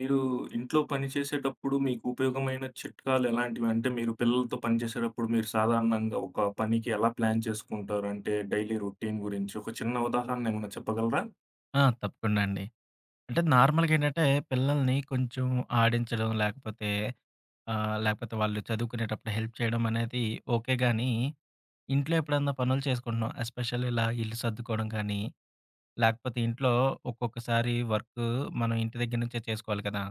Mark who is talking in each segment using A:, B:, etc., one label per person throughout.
A: మీరు ఇంట్లో పని చేసేటప్పుడు మీకు ఉపయోగమైన చిట్కాలు ఎలాంటివి? అంటే మీరు పిల్లలతో పని చేసేటప్పుడు మీరు సాధారణంగా ఒక పనికి ఎలా ప్లాన్ చేసుకుంటారు? అంటే డైలీ రొటీన్ గురించి ఒక చిన్న ఉదాహరణ ఏమైనా చెప్పగలరా?
B: ఆ! తప్పకుండా అండి. అంటే నార్మల్‌గా ఏంటంటే, పిల్లల్ని కొంచెం ఆడించడం, లేకపోతే వాళ్ళు చదువుకునేటప్పుడు హెల్ప్ చేయడం అనేది ఓకే గానీ, ఇంట్లో ఎప్పుడన్నా పనులు చేసుకుంటున్నాం. ఎస్పెషల్లీ ఇలా ఇల్లు సర్దుకోవడం కానీ, లేకపోతే ఇంట్లో ఒక్కొక్కసారి వర్కు మనం ఇంటి దగ్గర నుంచే చేసుకోవాలి కదా!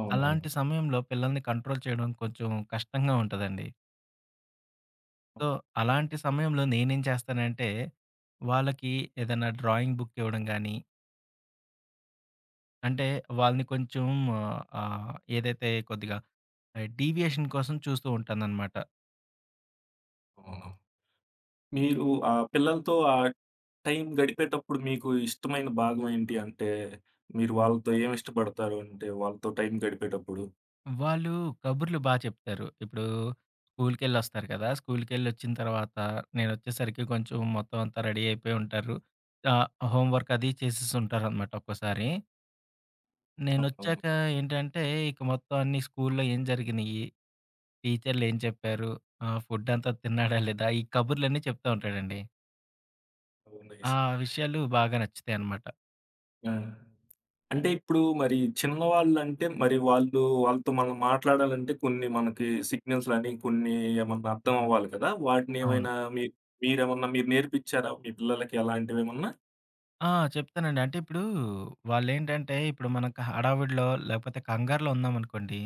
A: అవునవును.
B: అలాంటి సమయంలో పిల్లల్ని కంట్రోల్ చేయడం కొంచెం కష్టంగా ఉంటదండి. సో, అలాంటి సమయంలో నేనేం చేస్తానంటే, వాళ్ళకి ఏదైనా డ్రాయింగ్ బుక్ ఇవ్వడం గానీ అంటే వాళ్ళని కొంచెం ఆహ్, ఆహ్, ఏదైతే కొద్దిగా డీవియేషన్ కోసం చూస్తూ ఉంటాననమాట.
A: అవును. మీరు ఆ పిల్లలతో ఆ టైం గడిపేటప్పుడు మీకు ఇష్టమైన భాగం ఏంటి? అంటే మీరు వాళ్ళతో ఏమి ఇష్టపడతారు? అంటే వాళ్ళతో టైం గడిపేటప్పుడు?
B: వాళ్ళు కబుర్లు బా చెప్తారు. ఇప్పుడు స్కూలుకెళ్ళొస్తారు కదా! స్కూలుకెళ్ళొచ్చిన తర్వాత నేనొచ్చేసరికి కొంచెం మొత్తం అంతా రెడీ అయిపోయి ఉంటారు. ఆహ్, హోంవర్క్ అది చేసేసుంటారనమాట ఒక్కోసారి.
A: అవునవును.
B: నేనొచ్చాక ఏంటంటే ఇక మొత్తం అన్నీ స్కూలులో ఏం జరిగినియి, టీచర్‌లేం చెప్పారు, ఫుడ్డంతా తిన్నాడా లేదా, ఈ కబుర్లన్నీ చెప్తా ఉంటాడండి.
A: ఓహ్!
B: ఆ
A: నైస్.
B: విషయాలు బాగా నచ్చుతాయనమాట.
A: ఆ! అంటే ఇప్పుడు మరి చిన్నవాళ్ళంటే మరి వాళ్ళతో మనం మాట్లాడాలంటే కొన్ని మనకి సిగ్నల్స్‌లని కొన్ని ఏమన్నా అర్థం అవ్వాలి కదా! వాటిని
B: అవును.
A: ఏమైనా మీరేమన్నా మీరు నేర్పించారా మీ పిల్లలకి అలాంటివేమన్నా?
B: ఆ! చెప్తానండి. అంటే ఇప్పుడు వాళ్ళేంటంటే, ఇప్పుడు మనకు హడావిడిలో లేకపోతే కంగారులో ఉన్నామనుకోండి.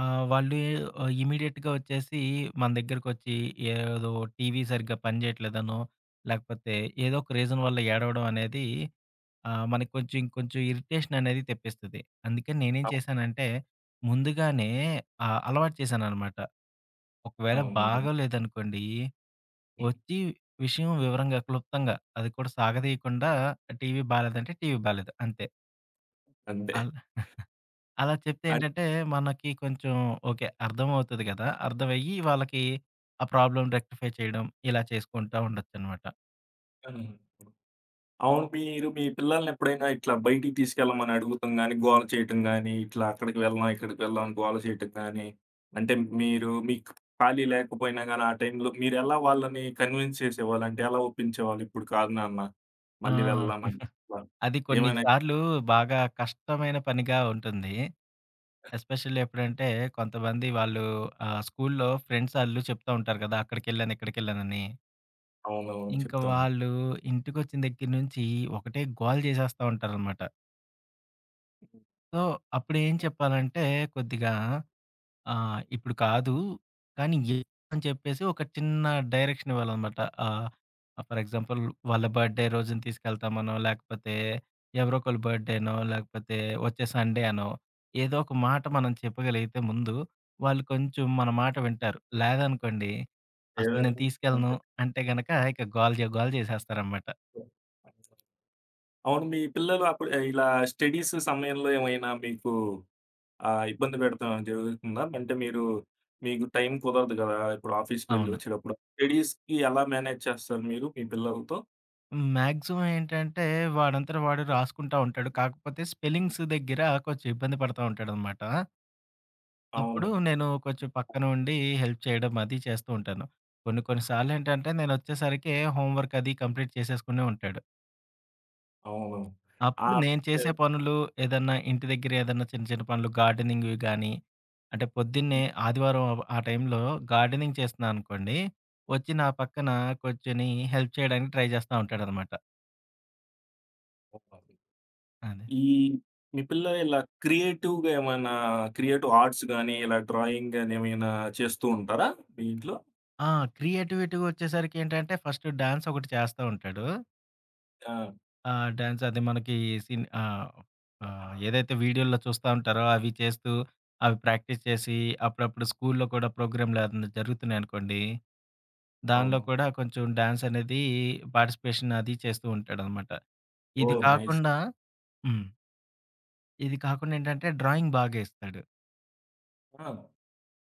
B: వాళ్ళు ఇమ్మీడియేట్‌గా వచ్చేసి మన దగ్గరకొచ్చి ఏదో టీవీ సరిగ్గా పనిచేయట్లేదనో, లేకపోతే ఏదో ఒక రీజన్ వల్ల ఏడవడం అనేది మనకు కొంచెం ఇంకొంచెం ఇరిటేషన్ అనేది తెప్పిస్తది. అందుకని నేనేం
A: అవును.
B: చేశానంటే, ముందుగానే అలవాటు చేశాననమాట. ఒకవేళ
A: అవును.
B: బాగోలేదనుకోండి వచ్చి విషయం వివరంగా, క్లుప్తంగా అది కూడా సాగదీయకుండా టీవీ బాలేదంటే టీవీ బాలేదు అంతే.
A: అంతే.
B: అల్ అలా చెప్తే
A: అన్
B: ఏంటంటే మనకి కొంచెం ఓకే. అర్థమవుతది గదా! అర్థమయ్యి వాళ్ళకి ఆ ప్రాబ్లమ్ రెక్టిఫై చేయడం ఇలా చేసుకుంటా ఉండొచ్చనమాట.
A: ఆ! అవును. మీరు మీ పిల్లల్నెప్పుడైనా ఇట్లా బయటికి తీసుకెళ్ళమని అడుగుతం గానీ, గోల చేయటం గానీ, ఇట్లా అక్కడికి వెళ్దాం, ఇక్కడికి వెళ్దాం అని గోల చేయటం గానీ, అంటే మీకు ఖాళీ లేకపోయినా గానీ ఆ టైంలో మీరెలా వాళ్ళని కన్విన్స్ చేసేవాళ్ళు? అంటే ఎలా ఒప్పించేవాళ్ళు? ఇప్పుడు కాదు నాన్న,
B: ఆ!
A: మళ్ళీ వెళ్దాం అని అట్లా
B: అది కొన్ని
A: ఏమైనా
B: సార్లు బాగా కష్టమైన పనిగా ఉంటుంది. ఎస్పెషల్లీ ఎప్పుడంటే కొంతమంది వాళ్ళు స్కూల్లో ఫ్రెండ్స్ ఆళ్ళు చెప్తా ఉంటారు గదా! అక్కడికెళ్ళాను, ఇక్కడికెళ్ళానని.
A: అవునవును.
B: ఇంకా
A: చెప్తా ఉంటా.
B: వాళ్ళు ఇంటికొచ్చిన దగ్గర నుంచి ఒకటే గోల చేసేస్తా ఉంటారనమాట. సో, అప్పుడేం చెప్పాలంటే కొద్దిగా ఇప్పుడు కాదు కానీ ఏ అని చెప్పేసి ఒక చిన్న డైరెక్షన్ ఇవ్వాలనమాట. ఆహ్, ఫర్ ఎగ్జాంపుల్ వాళ్ళ బర్త్‌డే రోజున తీసుకెళ్తామనో, లేకపోతే ఎవరో ఒకళ్ళ బర్త్‌డేనో, లేకపోతే వచ్చే సండే అనో, ఏదో ఒక మాట మనం చెప్పగలిగితే ముందు వాళ్ళు కొంచెం మన మాట వింటారు. లేదనుకోండి అసలు నేను
A: ఏదైనా
B: తీసుకెళ్ళను
A: అంతే.
B: అంటే గనక ఇక గోల జే గోల చేసేస్తారనమాట.
A: అవును. మీ పిల్లలు అప్పుడు ఇలా స్టడీస్ సమయంలో ఏమైనా మీకు ఆ! ఇబ్బంది పెట్టడం జరుగుతుందా? అంటే మీకు టైం కుదరదు గదా! ఇప్పుడు ఆఫీస్‌కి వెళ్లి
B: అవును.
A: వచ్చేటప్పుడు. స్టడీస్‌కి ఎలా మేనేజ్ చేస్తారు మీరు మీ పిల్లలతో?
B: మాక్సిమం ఏంటంటే వాడంతట వాడు రాసుకుంటా ఉంటాడు. కాకపోతే స్పెల్లింగ్స్ దగ్గర కొంచెం ఇబ్బంది పడతా ఉంటాడనమాట. అప్పుడు
A: అవును.
B: నేను కొంచెం పక్కన ఉండి హెల్ప్ చేయడం అది చేస్తూ ఉంటాను. కొన్ని కొన్ని సార్లేంటంటే నేనొచ్చేసరికి హోంవర్క్ అది కంప్లీట్ చేసేసుకునే ఉంటాడు.
A: అవును. ఆ!
B: అప్పుడు నేను చేసే పనులు ఏదన్నా ఇంటి దగ్గర ఏదన్నా చిన్న చిన్న పనులు గార్డెనింగ్‌వి గానీ, అంటే పొద్దున్నే ఆదివారం ఆ ఆ టైంలో గార్డెనింగ్ చేస్తున్నాననుకోండి, వచ్చి నా పక్కన కూర్చొని హెల్ప్ చేయడానికి ట్రై చేస్తా ఉంటాడనమాట. అదే.
A: ఈ మీ పిల్లలు ఇలా క్రియేటివ్‌గా ఏమైనా క్రియేటివ్ ఆర్ట్స్ గాని, ఇలా డ్రాయింగ్ గాని ఏమైనా చేస్తూ ఉంటారా మీ ఇంట్లో?
B: ఆ! క్రియేటివిటీ వచ్చేసరికి ఏంటంటే, ఫస్ట్ డాన్స్ ఒకటి చేస్తా ఉంటాడు.
A: ఆ!
B: ఆ! డాన్స్ అది మనకి సిన్ ఆహ్, ఏదైతే వీడియోల్లో చూస్తా ఉంటారో అవి చేస్తూ, అవి ప్రాక్టీస్ చేసి, అప్పుడప్పుడు స్కూల్లో కూడా ప్రోగ్రామ్‌లు ఏదన్నా జరుగుతున్నాయనుకోండి, దానిలో
A: అవును.
B: కూడా కొంచెం డాన్స్ అనేది పార్టిసిపేషన్ అది చేస్తూ ఉంటాడనమాట. ఇది
A: ఓహ్! నైస్.
B: కాకుండా హ్మ్. ఇది కాకుండా ఏంటంటే డ్రాయింగ్ బాగా ఏస్తాడు.
A: ఆ!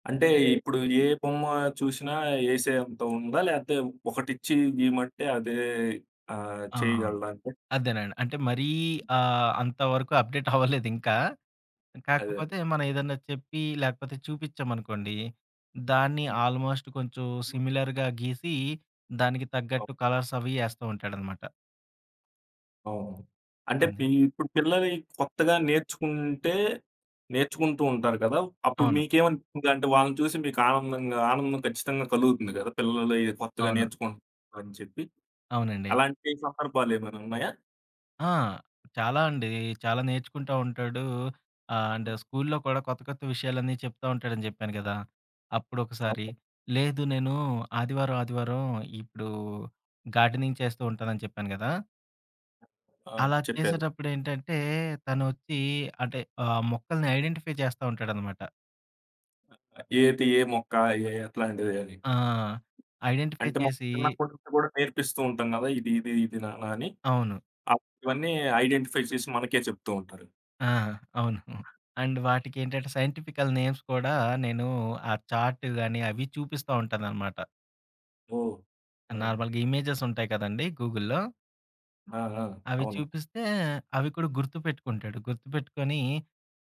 A: అంటే ఇప్పుడు ఏ బొమ్మ చూసినా ఏసేంత ఉందా? లేతే ఒకటిచ్చి గీయమంటే అదే
B: ఆ!
A: చేయగలడా అంటే?
B: అదేనండి. అంటే మరీ అంతవరకు అప్‌డేట్ అవ్వలేదింకా.
A: అదే.
B: కాకపోతే మనం ఏదన్నా చెప్పి, లేకపోతే చూపిచ్చామనుకోండి, దాన్ని
A: హ్మ్.
B: ఆల్‌మోస్ట్ కొంచెం సిమిలర్‌గా గీసి, దానికి
A: అవ్
B: తగ్గట్టు కలర్స్ అవి ఏస్తూ ఉంటాడనమాట.
A: అవును. అంటే
B: అండి.
A: ఇప్పుడు పిల్లలు ఈ కొత్తగా నేర్చుకుంటూ ఉంటారు కదా! అప్పుడు
B: అవును.
A: మీకేమనిపిస్తుంది? అంటే వాళ్ళని చూసి మీకు ఆనందం ఖచ్చితంగా కలుగుతుంది కదా! పిల్లలు ఇది కొత్తగా
B: అవును.
A: నేర్చుకుంటున్నారని చెప్పి.
B: అవునండి.
A: అలాంటి సందర్భాలేమైనా ఉన్నాయా?
B: ఆ! చాలా అండి. చాలా నేర్చుకుంటా ఉంటాడు. అండ్ స్కూల్లో కూడా కొత్త, కొత్త విషయాలన్నీ చెప్తా ఉంటాడని చెప్పాను గదా! అప్పుడొకసారి,
A: అవును.
B: లేదు నేను ఆదివారం ఇప్పుడు గార్డెనింగ్ చేస్తూ ఉంటానని చెప్పాను గదా!
A: ఆ!
B: అలా
A: చెప్పారు.
B: చేసేటప్పుడేంటంటే, తనొచ్చి అంటే మొక్కల్ని ఐడెంటిఫై చేస్తా ఉంటాడనమాట.
A: ఏ మొక్క? ఏ ఎట్లాంటిది అని?
B: ఆ! ఐడెంటిఫై
A: అంటే మనం
B: చేసి
A: చిన్నప్పటి నుంచి కూడా నేర్పిస్తూ ఉంటాం గదా! ఇది, ఇది, ఇది నాన్న అని.
B: అవును.
A: అప్పుడు ఇవన్నీ ఐడెంటిఫై చేసి మనకే చెప్తూ ఉంటారు.
B: ఆ! అవును. అండ్ వాటికేంటంటే, సైంటిఫికల్ నేమ్స్ కూడా నేను ఆ చార్ట్ గాని, అవి చూపిస్తా ఉంటాననమాట.
A: ఓహ్! ఆ!
B: నార్మల్‌గా ఇమేజెస్ ఉంటాయి కదండీ గూగుల్‌లో.
A: ఆ! ఆ!
B: అవి
A: అవును.
B: చూపిస్తే అవి కూడా గుర్తుపెట్టుకుంటాడు. గుర్తుపెట్టుకొని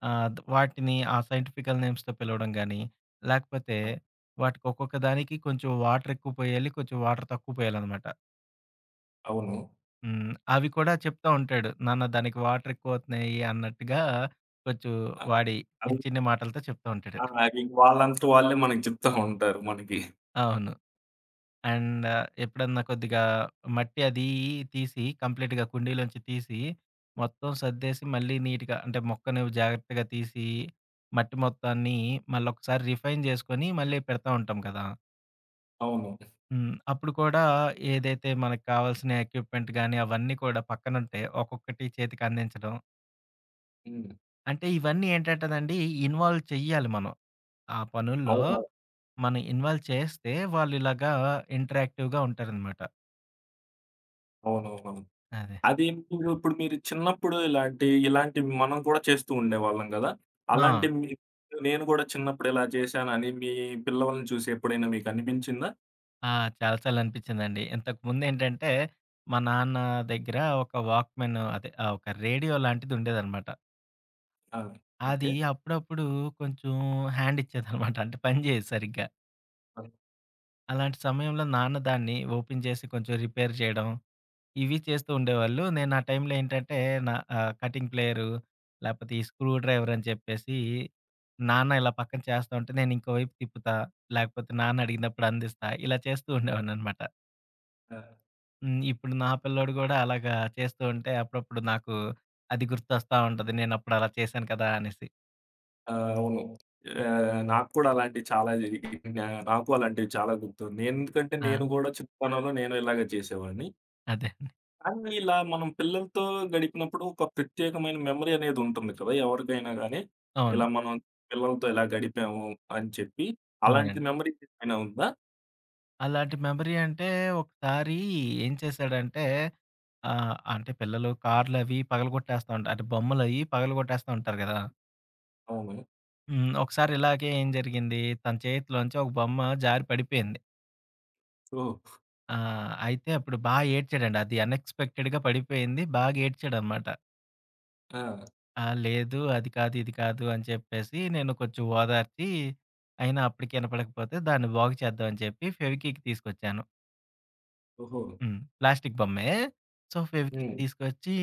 B: ఆహ్, ద వాటిని ఆ సైంటిఫికల్ నేమ్స్‌తో పిలవడం గాని, లేకపోతే
A: అ
B: వాటికి ఒక్కొక్క దానికి కొంచెం వాటర్ ఎక్కువ పోయాలి, కొంచెం వాటర్ తక్కువ పోయాలనమాట.
A: అవును.
B: అవి కూడా చెప్తా ఉంటాడు. నాన్న దానికి వాటర్ ఎక్కువ అవుతున్నాయి అన్నట్టుగా కొంచెం
A: ఆ!
B: వాడి
A: అవి
B: చిన్న చిన్న మాటలతో చెప్తా ఉంటాడు.
A: అవి వాళ్ళంతట వాళ్ళే మనకి చెప్తా ఉంటారు మనకి.
B: అవును. అండ్ ఎప్పుడన్నా కొద్దిగా మట్టి అది తీసి కంప్లీట్‌గా కుండీలోంచి తీసి, మొత్తం సర్దేసి మళ్ళీ నీట్‌గా అంటే మొక్కని జాగ్రత్తగా తీసి, మట్టి మొత్తాన్ని మళ్ళొకసారి రిఫైన్ చేసుకొని మళ్ళీ పెడతా ఉంటాం కదా!
A: అవును.
B: అప్పుడు కూడా ఏదైతే మనకు కావాల్సిన ఎక్విప్‌మెంట్ గాని అవన్నీ కూడా పక్కనుంటే ఒక్కొక్కటి చేతికి అందించడం.
A: హ్మ్.
B: అంటే ఇవన్నీ ఏంటంటేనండి ఇన్వాల్వ్ చెయ్యాలి మనం. ఆ పనుల్లో
A: అవునవును.
B: మనం ఇన్వాల్వ్ చేస్తే వాళ్ళు ఇలాగా ఇంటరాక్టివ్‌గా ఉంటారనమాట.
A: అవునవునవును.
B: అదే.
A: అది మీరు ఇప్పుడు మీరు చిన్నప్పుడు ఇలాంటి ఇలాంటివి మనం కూడా చేస్తూ ఉండేవాళ్ళం గదా! అలాంటి
B: ఆ!
A: మీ నేను గూడా చిన్నప్పుడు ఇలా చేశానని మీ పిల్లలని చూసి ఎప్పుడైనా మీకనిపించిందా?
B: ఆ! చాలా సార్లు అనిపించిందండి. ఇంతకుముందేంటంటే, మా నాన్న దగ్గర ఒక వాక్‌మెన్ అదే ఒక రేడియో లాంటిది ఉండేదనమాట.
A: ఆ!
B: అది
A: ఓకే.
B: అప్పుడప్పుడు కొంచెం హ్యాండ్ ఇచ్చేదనమాట. అంటే పని చేయదు సరిగ్గా.
A: ఆ!
B: అలాంటి సమయంలో నాన్న దాన్ని ఓపెన్ చేసి కొంచెం రిపేర్ చేయడం, ఇవి చేస్తూ ఉండేవాళ్ళు. నేను ఆ టైంలో ఏంటంటే, నా కటింగ్ ప్లేయరు, లేపోతే ఈ స్క్రూ డ్రైవర్ అని చెప్పేసి, నాన్న ఇలా పక్కన చేస్తా ఉంటే, నేను ఇంకో వైపు తిప్పుతా, లేకపోతే నాన్న అడిగినప్పుడు అందిస్తా, ఇలా చేస్తూ ఉండేవాడిననమాట.
A: ఆ!
B: ఇప్పుడు నా పిల్లోడు గూడా అలాగా చేస్తూ ఉంటే అప్పుడప్పుడు నాకు అది గుర్తొస్తా ఉంటది. నేనప్పుడు అలా చేశాను కదా! అనేసి.
A: ఆ! అవును. నాకు కూడా అలాంటివి చాలా జరిగాయి. నాకు అలాంటివి చాలా గుర్తు. నేనెందుకంటే
B: ఆ!
A: నేను గూడా చిన్నతనంలో నేను ఇలాగే చేసేవాడిని.
B: అదే అండి.
A: కానీ ఇలా మనం పిల్లలతో గడిపినప్పుడు ఒక ప్రత్యేకమైన మెమరీ అనేది ఉంటుంది కదా! ఎవరికైనా గానీ.
B: అవును.
A: ఇలా మనం పిల్లలతో ఇలా గడిపాము అని చెప్పి. అలాంటి
B: అవునండి.
A: మెమరీ ఏమైనా ఉందా?
B: అలాంటి మెమరీ అంటే ఒకసారి ఏం చేశాడంటే అంటే పిల్లలు కార్‌లవి పగలగొట్టేస్తా ఉంటారు. అంటే బొమ్మలయి పగలగొట్టేస్తా ఉంటారు గదా!
A: అవును.
B: ఒకసారి ఇలాగే ఏం జరిగింది తన చేతిలోంచి ఒక బొమ్మ జారి పడిపోయింది.
A: ఓహ్!
B: ఆ! అయితే అప్పుడు బా ఏడ్చాడండి. అది అన్‌ఎక్స్‌పెక్టెడ్‌గా పడిపోయింది. బాగా ఏడ్చాడనమాట.
A: ఆ!
B: ఆ! లేదు. అది కాదు, ఇది కాదు అని చెప్పేసి నేను కొంచెం ఓదార్చి, అయినా అప్పటికి ఇనపడకపోతే దాన్ని బాగు చేద్దాం అని చెప్పి ఫెవికిక్ తీసుకొచ్చాను.
A: ఓహో!
B: ప్లాస్టిక్ బొమ్మే. సో, ఫెవికిక్
A: హ్మ్.
B: తీసుకొచ్చి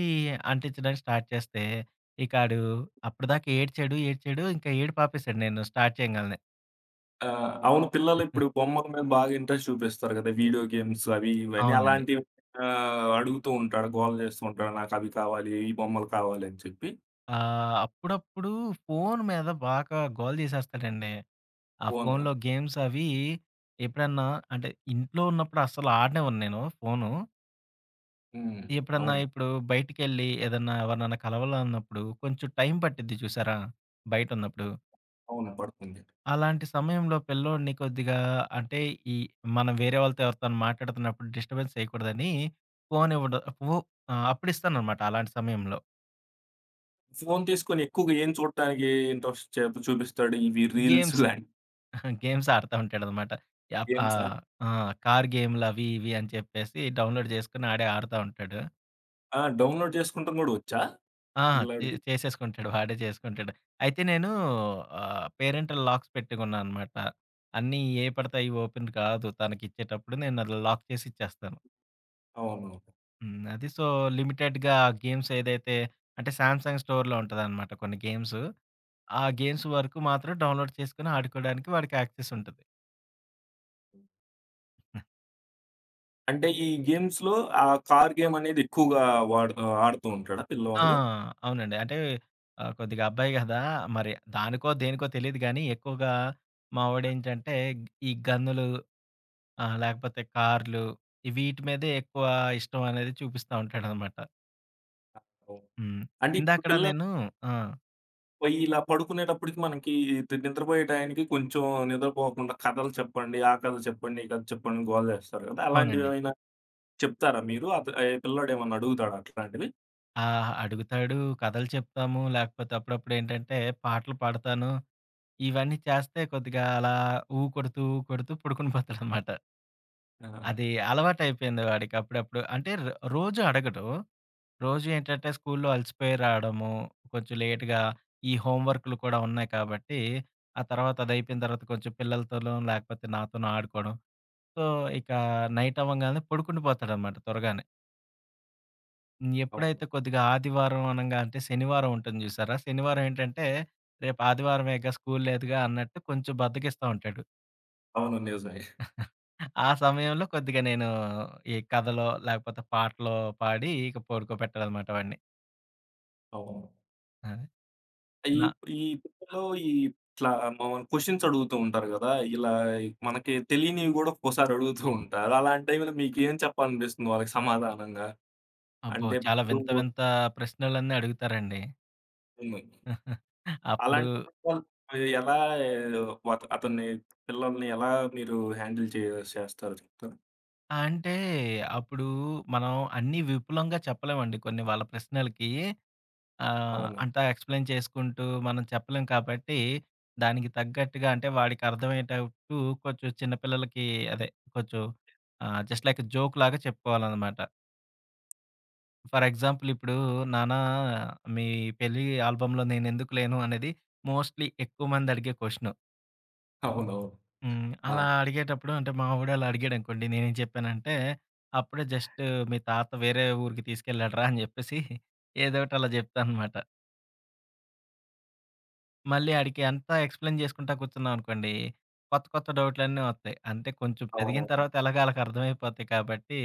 B: అంటించడానికి స్టార్ట్ చేస్తే, ఇక ఆడు అప్పటిదాకా ఏడ్చాడు, ఏడ్చాడు. ఇంకా ఏడుపు ఆపేసాడు నేను స్టార్ట్ చేయంగాలనే.
A: ఆ! అవును. పిల్లలిప్పుడు బొమ్మల మీద బాగా ఇంట్రెస్ట్ చూపిస్తారు గదా! వీడియో గేమ్స్ అవి ఇవని.
B: అవునండి.
A: అలాంటివి అడుగుతూ ఉంటాడు. గోల చేస్తూ ఉంటాడు. నాకవి కావాలి, ఈ బొమ్మలు కావాలి అని చెప్పి.
B: అప్పుడప్పుడు ఫోను మీద బాగా గోల చేసేస్తాడండి. ఆ
A: ఫోను
B: ఫోనులో గేమ్స్ అవి ఎప్పుడన్నా అంటే ఇంట్లో ఉన్నప్పుడు అస్సలు ఆడనివ్వను నేను ఫోను.
A: హ్మ్.
B: ఎప్పుడన్నా
A: అవును.
B: ఇప్పుడు బయటికెళ్ళి ఏదన్నా ఎవరినన్నా కలవాలన్నప్పుడు కొంచెం టైం పట్టిద్ది చూసారా? బయటున్నప్పుడు.
A: అవును. పడుతుంది.
B: అలాంటి సమయంలో పిల్లోడిని కొద్దిగా అంటే ఈ మనం వేరే వాళ్ళతో ఎవరితోని మాట్లాడుతున్నప్పుడు డిస్టర్బెన్స్ చేయకూడదని ఫోన్ ఇవ్వడం ఫో అప్పుడిస్తాననమాట అలాంటి సమయంలో.
A: ఫోను తీసుకొని ఎక్కువగా ఏం చూడటానికి ఇంట్రెస్ట్ చూపిస్తాడు? ఇవి రీల్స్
B: గేమ్స్,
A: లాంటి
B: గేమ్స్ ఆడుతా ఉంటాడనమాట. యాప్
A: గేమ్సా?
B: ఆహ్, ఆ! కార్ గేమ్‌లవి ఇవి అని చెప్పేసి డౌన్‌లోడ్ చేసుకొని ఆడే ఆడుతా ఉంటాడు.
A: ఆ! డౌన్‌లోడ్ చేసుకోవటం గూడా వచ్చా
B: ఆ! చే
A: పిల్లాడికి?
B: చేసేసుకుంటాడు. వాడే చేసుకుంటాడు. అయితే నేను పేరెంటల్ లాక్స్ పెట్టుకున్నా అనమాట. అన్నీ ఏ పడితే అయి ఓపెన్ కాదు. తనకిచ్చేటప్పుడు నేను అది లాక్ చేసి ఇచ్చేస్తాను.
A: అవును.
B: అది సో, లిమిటెడ్‌గా గేమ్స్ ఏదైతే అంటే సామ్‌సంగ్ స్టోర్‌లో ఉంటదనమాట కొన్ని గేమ్స్. ఆ గేమ్స్ వరకు మాత్రం డౌన్‌లోడ్ చేసుకొని ఆడుకోవడానికి వాడికి యాక్సెస్ ఉంటది.
A: అంటే ఈ గేమ్స్‌లో ఆ కార్ గేమ్ అనేది ఎక్కువగా వాడు ఆడుతూ ఉంటాడా
B: ఆ!
A: పిల్లవాడు?
B: అవునండి. అంటే కొద్దిగా అబ్బాయి గదా! మరి దానికో, దేనికో తెలీదు గానీ ఎక్కువగా మా వోడేంటంటే ఈ గన్నులు ఆ! లేకపోతే కార్లు, ఈ వీటి మీదే ఎక్కువ ఇష్టం అనేది చూపిస్తా ఉంటాడనమాట.
A: ఓహ్!
B: హ్మ్.
A: అంటే ఇప్పుడు
B: ఇందాకడ నేను ఆ!
A: పోయి ఇలా పడుకునేటప్పటికి మనకి ఇది నిద్రపోయే టయానికి కొంచెం నిద్రపోకుండా కథలు చెప్పండి, ఆ కథ చెప్పండి, ఈ కథ చెప్పండి గోల చేస్తారు కదా!
B: అవునండి.
A: అలాంటివేమైనా చెప్తారా మీరు? ఏ పిల్లోడేమన్నా అడుగుతాడా అట్లాంటివి?
B: ఆ! అడుగుతాడు, కథలు చెప్తాము, లేకపోతే అప్పుడప్పుడేంటంటే పాటలు పాడతాను. ఇవన్నీ చేస్తే కొద్దిగా అలా ఊ కొడుతూ, ఊ కొడుతూ పడుకుని పోతాడనమాట.
A: ఆ!
B: అది అలవాటయిపోయింది వాడికి అప్పుడప్పుడు. అంటే రోజు అడగడు. రోజు ఏంటంటే స్కూల్లో అలసిపోయి రావడము, కొంచెం లేట్‌గా ఈ హోమ్ వర్క్‌లు కూడా ఉన్నాయి కాబట్టి, ఆ తర్వాత అదయిపోయిన తర్వాత కొంచెం పిల్లలతోనో, లేకపోతే నాతోనో ఆడుకోవడం. సో, ఇక నైట్ అవ్వంగానే పడుకుండిపోతాడనమాట త్వరగానే.
A: అవును.
B: ఎప్పుడైతే కొద్దిగా ఆదివారం అనంగా అంటే శనివారం ఉంటుంది చూసారా? శనివారం ఏంటంటే, రేపు ఆదివారమేగా స్కూల్ లేదుగా అన్నట్టు కొంచెం బద్ధకిస్తా ఉంటాడు.
A: అవును. నిజమే.
B: ఆ సమయంలో కొద్దిగా నేను ఈ కథలో, లేకపోతే పాటలో పాడి ఇక పడుకోబెట్టాలనమాట వాడిని.
A: అవును.
B: అది.
A: ఈ
B: నా
A: ఈ పిక్చర్‌లో ఇట్లా మమ్మల్ని క్వెషన్స్ అడుగుతూ ఉంటారు గదా! ఇలా మనకి తెలియనివి గూడా ఒక్కోసారి అడుగుతూ ఉంటారు. అలాంటి టైమ్‌లో మీకేం చెప్పాలనిపిస్తుంది వాళ్ళకి సమాధానంగా?
B: అబ్బో!
A: అంటే
B: చాలా వింత
A: ఇప్పుడు
B: వింత ప్రశ్నలన్నీ అడుగుతారండి.
A: హ్మ్.
B: అప్పుడు
A: అలాంటి సందర్భాలు ఎలా అతన్ని పిల్లల్ని ఎలా మీరు హ్యాండిల్ చేస్తారు చెప్తారా?
B: ఆ! అంటే అప్పుడు మనం అన్నీ విపులంగా చెప్పలేమండి. కొన్ని వాళ్ళ ప్రశ్నలకి
A: అవును.
B: అంతా ఎక్స్‌ప్లెయిన్ చేసుకుంటూ మనం చెప్పలేం కాబట్టి, దానికి తగ్గట్టుగా అంటే వాడికి అర్థమయ్యేటట్టు కొంచెం చిన్న పిల్లలకి అదే కొంచెం జస్ట్ లైక్ జోక్‌లాగా చెప్పుకోవాలనమాట. ఫర్ ఎగ్జాంపుల్ ఇప్పుడు నాన్న మీ పెళ్లి ఆల్బమ్‌లో నేనెందుకు లేను అనేది మోస్ట్‌లీ ఎక్కువ మంది అడిగే క్వెషను.
A: అవునవును.
B: హ్మ్.
A: ఆ!
B: అలా అడిగేటప్పుడు అంటే మా వోడు అలా అడిగాడనుకోండి. నేనేం చెప్పానంటే, అప్పుడే జస్ట్ మీ తాత వేరే ఊరికి తీసుకెళ్ళాడురా అని జెప్పేసి ఏదోకటి అలా జెప్తాననమాట. మళ్ళీ ఆడికి అంతా ఎక్స్‌ప్లెయిన్ జేసుకుంటా కూర్చున్నామనుకోండి, కొత్త కొత్త డౌట్‌లన్నీ వస్తాయి. అంటే కొంచెం పెరిగిన
A: అవునవును.
B: తర్వాత ఎలాగో ఆళ్ళకి అర్థమైపోతాయి కాబట్టి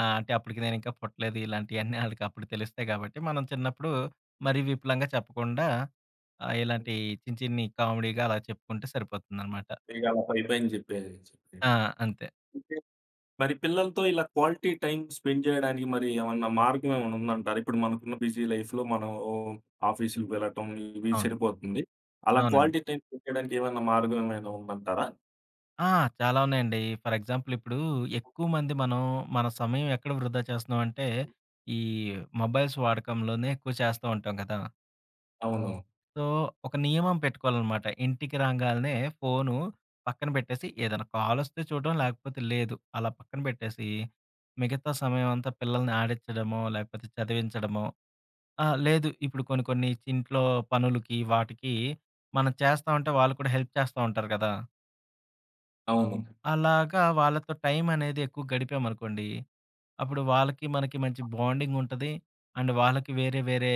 B: అంటే అప్పటికి నేనింకా పుట్టలేదు. ఇలాంటియన్నీ ఆళ్ళకి అప్పుడు తెలుస్తాయి కాబట్టి, మనం చిన్నప్పుడు మరీ విపులంగా చెప్పకుండా ఇలాంటి చిన్ని చిన్ని కామెడీగా అలా చెప్పుకుంటే సరిపోతుందనమాట.
A: ఇక అలా పైపైన చెప్పేయచ్చు. అయితే
B: ఆ! అంతే.
A: మరి పిల్లలతో ఇలా క్వాలిటీ టైమ్ స్పెండ్ చేయడానికి మరి ఏమన్నా మార్గం ఏమైనా ఉందంటారా? ఇప్పుడు మనకున్న బిజీ లైఫ్‌లో మనం ఆఫీసులకి వెళ్ళటం ఇవి
B: అవును.
A: సరిపోతుంది. అలా
B: అవునండి.
A: క్వాలిటీ టైమ్ స్పెండ్ చేయడానికి ఏమైనా మార్గం ఏమైనా ఉందంటారా?
B: ఆ! చాలా ఉన్నాయండి. ఫర్ ఎగ్జాంపుల్ ఇప్పుడు ఎక్కువ మంది మనం మన సమయం ఎక్కడ వృధా చేస్తున్నాం అంటే, ఈ మొబైల్స్ వాడకంలోనే ఎక్కువ చేస్తూ ఉంటాం కదా!
A: అవును.
B: సో, ఒక నియమం పెట్టుకోవాలనమాట. ఇంటికి రాంగాల్నే ఫోను పక్కన పెట్టేసి ఏదైనా కాలొస్తే చూడడం, లేకపోతే లేదు. అలా పక్కన పెట్టేసి, మిగతా సమయం అంతా పిల్లల్ని ఆడించడమో, లేకపోతే చదివించడమో ఆ! లేదు ఇప్పుడు కొన్ని కొన్ని ఇంట్లో పనులకి, వాటికి మనం చేస్తా ఉంటే వాళ్ళు కూడా హెల్ప్ చేస్తా ఉంటారు కదా!
A: అవును.
B: అలాగా వాళ్ళతో టైమనేది ఎక్కువ గడిపామనుకోండి, అప్పుడు వాళ్ళకి, మనకి మంచి బాండింగుంటది. అండ్ వాళ్ళకి వేరే, వేరే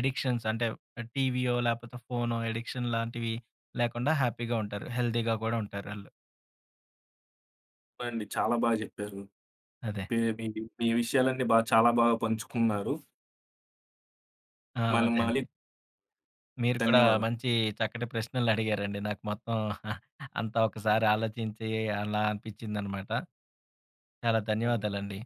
B: ఎడిక్షన్స్ అంటే టీవీయో, లేపోతే ఫోనో ఎడిక్షన్ లాంటివి లేకుండా హ్యాపీగా ఉంటారు. హెల్తీగా కూడా ఉంటారు ఆళ్ళు.
A: అవునండి. చాలా బాగా చెప్పారు.
B: అదే.
A: మీ మీ మీ విషయాలన్నీ చాలా బాగా పంచుకున్నారు.
B: ఆ!
A: మళ్ళీ
B: అదే
A: మళ్ళీ
B: అండి. మీరు కూడా
A: ధన్యవాదాలు.
B: మంచి చక్కటి ప్రశ్నలడిగారండి. నాకు మొత్తం అంతా ఒకసారి ఆలోచించి అలా అనిపిచ్చిందనమాట. చాలా
A: అవును.
B: ధన్యవాదాలండి.